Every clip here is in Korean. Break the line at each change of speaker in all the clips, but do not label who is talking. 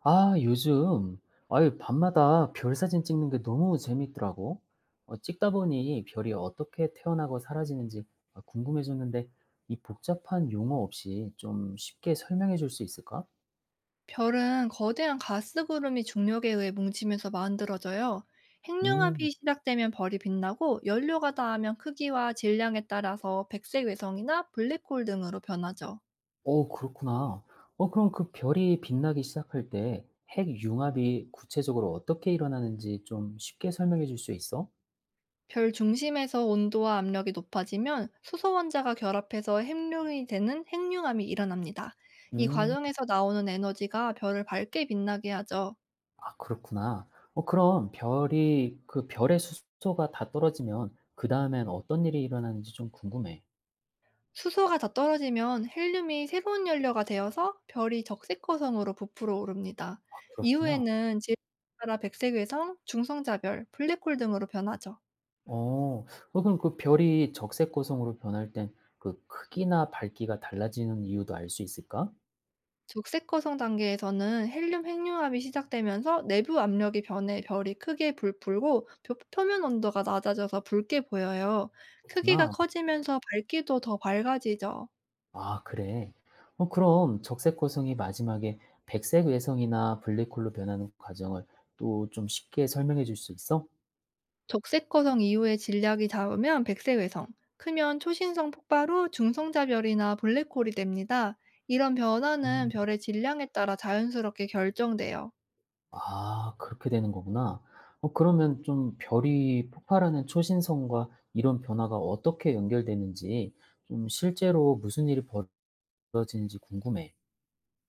아, 요즘 아유 밤마다 별 사진 찍는 게 너무 재밌더라고. 찍다 보니 별이 어떻게 태어나고 사라지는지 아, 궁금해졌는데 이 복잡한 용어 없이 좀 쉽게 설명해 줄 수 있을까?
별은 거대한 가스구름이 중력에 의해 뭉치면서 만들어져요.
음,
핵융합이 시작되면 별이 빛나고 연료가 닿으면 크기와 질량에 따라서 백색 외성이나 블랙홀 등으로 변하죠.
그렇구나. 그럼 그 별이 빛나기 시작할 때 핵융합이 구체적으로 어떻게 일어나는지 좀 쉽게 설명해 줄 수 있어?
별 중심에서 온도와 압력이 높아지면 수소 원자가 결합해서 핵융이 되는 핵융합이 일어납니다. 이
음.
과정에서 나오는 에너지가 별을 밝게 빛나게 하죠.
아, 그렇구나. 어, 그럼 별이 그 별의 수소가 다 떨어지면 그다음엔 어떤 일이 일어나는지 좀 궁금해.
수소가 더 떨어지면 헬륨이 새로운 연료가 되어서 별이 적색거성으로 부풀어 오릅니다.
아, 그렇구나.
이후에는 질소에 따라 백색외성 중성자별, 블랙홀 등으로 변하죠.
어. 어, 그럼 그 별이 적색 고성으로 변할 땐 그 크기나 밝기가 달라지는 이유도 알 수 있을까?
적색거성 단계에서는 헬륨 핵융합이 시작되면서 내부 압력이 변해 별이 크게 불풀고 표면 온도가 낮아져서 붉게 보여요. 크기가
그렇구나.
커지면서 밝기도 더 밝아지죠.
아, 그래. 어, 그럼 적색 고성이 마지막에 백색 외성이나 블랙홀로 변하는 과정을 또 좀 쉽게 설명해 줄 수 있어?
적색거성 이후에 진략이 작으면 백색외성, 크면 초신성 폭발 후 중성자별이나 블랙홀이 됩니다. 이런 변화는
음.
별의 질량에 따라 자연스럽게 결정돼요.
아, 그렇게 되는 거구나. 어, 그러면 좀 별이 폭발하는 초신성과 이런 변화가 어떻게 연결되는지 좀 실제로 무슨 일이 벌어지는지 궁금해.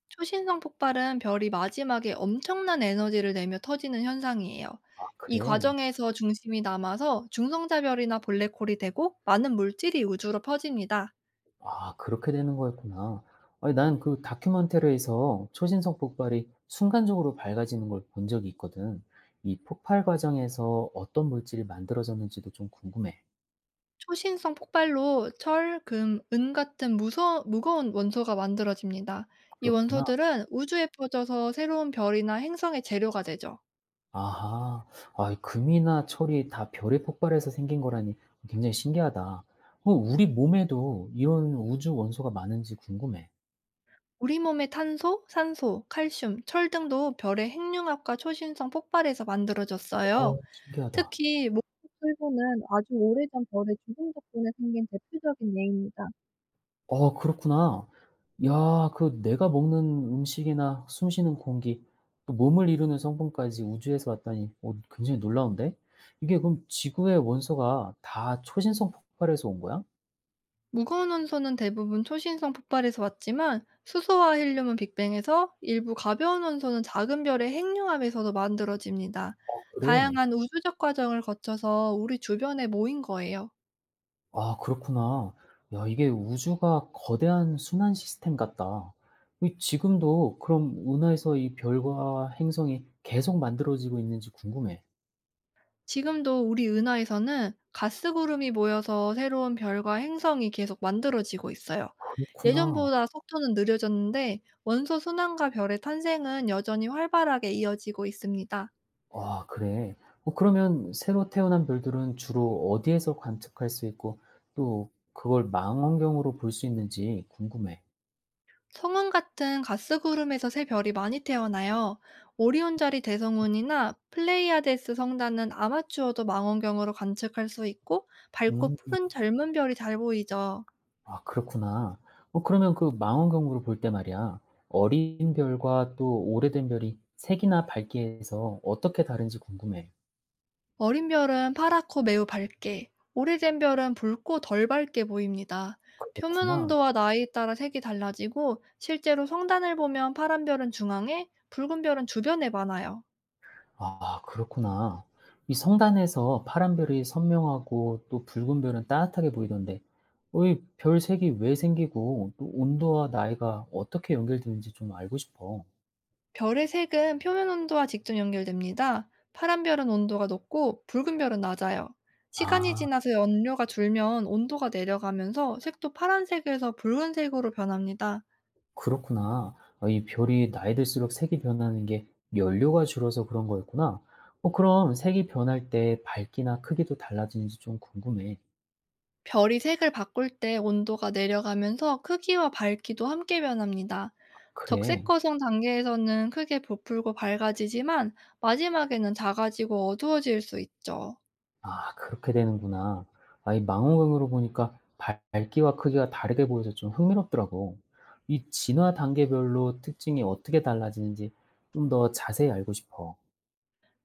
초신성 폭발은 별이 마지막에 엄청난 에너지를 내며 터지는 현상이에요.
아,
이
그래?
과정에서 중심이 남아서 중성자별이나 블랙홀이 되고 많은 물질이 우주로 퍼집니다.
아, 그렇게 되는 거였구나. 아니, 난 그 다큐멘터리에서 초신성 폭발이 순간적으로 밝아지는 걸 본 적이 있거든. 이 폭발 과정에서 어떤 물질이 만들어졌는지도 좀 궁금해.
초신성 폭발로 철, 금, 은 같은 무서 무거운 원소가 만들어집니다. 이
그렇구나.
원소들은 우주에 퍼져서 새로운 별이나 행성의 재료가 되죠.
아하. 아, 이 금이나 철이 다 별의 폭발에서 생긴 거라니 굉장히 신기하다. 어, 우리 몸에도 이런 우주 원소가 많은지 궁금해.
우리 몸의 탄소, 산소, 칼슘, 철 등도 별의 핵융합과 초신성 폭발에서 만들어졌어요.
어, 신기하다.
특히 목표 철분은 아주 오래전 별의 죽음 덕분에 생긴 대표적인 예입니다.
어, 그렇구나. 야, 그 내가 먹는 음식이나 숨 쉬는 공기 또 몸을 이루는 성분까지 우주에서 왔다니 어, 굉장히 놀라운데? 이게 그럼 지구의 원소가 다 초신성 폭발에서 온 거야?
무거운 원소는 대부분 초신성 폭발에서 왔지만 수소와 헬륨은 빅뱅에서 일부 가벼운 원소는 작은 별의 핵융합에서도 만들어집니다.
어, 그래.
다양한 우주적 과정을 거쳐서 우리 주변에 모인 거예요.
아, 그렇구나. 야, 이게 우주가 거대한 순환 시스템 같다. 이 지금도 그럼 은하에서 이 별과 행성이 계속 만들어지고 있는지 궁금해.
지금도 우리 은하에서는 가스 구름이 모여서 새로운 별과 행성이 계속 만들어지고 있어요.
그렇구나.
예전보다 속도는 느려졌는데 원소 순환과 별의 탄생은 여전히 활발하게 이어지고 있습니다.
아, 그래. 어, 그러면 새로 태어난 별들은 주로 어디에서 관측할 수 있고 또 그걸 망원경으로 볼 수 있는지 궁금해.
성운 같은 가스구름에서 새 별이 많이 태어나요. 오리온자리 대성운이나 플레이아데스 성단은 아마추어도 망원경으로 관측할 수 있고 밝고
음.
푸른 젊은 별이 잘 보이죠.
아, 그렇구나. 어, 그러면 그 망원경으로 볼 때 말이야. 어린 별과 또 오래된 별이 색이나 밝기에서 어떻게 다른지 궁금해.
어린 별은 파랗고 매우 밝게, 오래된 별은 붉고 덜 밝게 보입니다. 표면
그렇구나.
온도와 나이에 따라 색이 달라지고 실제로 성단을 보면 파란 별은 중앙에, 붉은 별은 주변에 많아요.
아, 그렇구나. 이 성단에서 파란 별이 선명하고 또 붉은 별은 따뜻하게 보이던데 어, 이 별 색이 왜 생기고 또 온도와 나이가 어떻게 연결되는지 좀 알고 싶어.
별의 색은 표면 온도와 직접 연결됩니다. 파란 별은 온도가 높고 붉은 별은 낮아요. 시간이
아.
지나서 연료가 줄면 온도가 내려가면서 색도 파란색에서 붉은색으로 변합니다.
그렇구나. 아, 이 별이 나이 들수록 색이 변하는 게 연료가 줄어서 그런 거였구나. 어, 그럼 색이 변할 때 밝기나 크기도 달라지는지 좀 궁금해.
별이 색을 바꿀 때 온도가 내려가면서 크기와 밝기도 함께 변합니다. 적색
그래.
거성 단계에서는 크게 부풀고 밝아지지만 마지막에는 작아지고 어두워질 수 있죠.
아, 그렇게 되는구나. 아, 이 망원경으로 보니까 밝기와 크기가 다르게 보여서 좀 흥미롭더라고. 이 진화 단계별로 특징이 어떻게 달라지는지 좀 더 자세히 알고 싶어.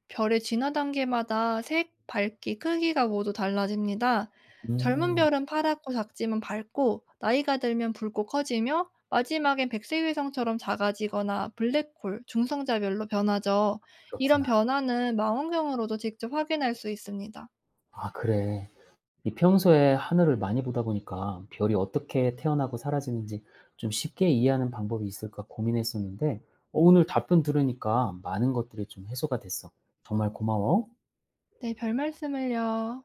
별의 진화 단계마다 색, 밝기, 크기가 모두 달라집니다. 젊은
음,
별은 파랗고 작지만 밝고, 나이가 들면 붉고 커지며, 마지막엔 백색위성처럼 작아지거나 블랙홀, 중성자별로 변하죠. 이런
그렇구나.
변화는 망원경으로도 직접 확인할 수 있습니다.
아, 그래. 이 평소에 하늘을 많이 보다 보니까 별이 어떻게 태어나고 사라지는지 좀 쉽게 이해하는 방법이 있을까 고민했었는데 어, 오늘 답변 들으니까 많은 것들이 좀 해소가 됐어. 정말 고마워.
네, 별 말씀을요.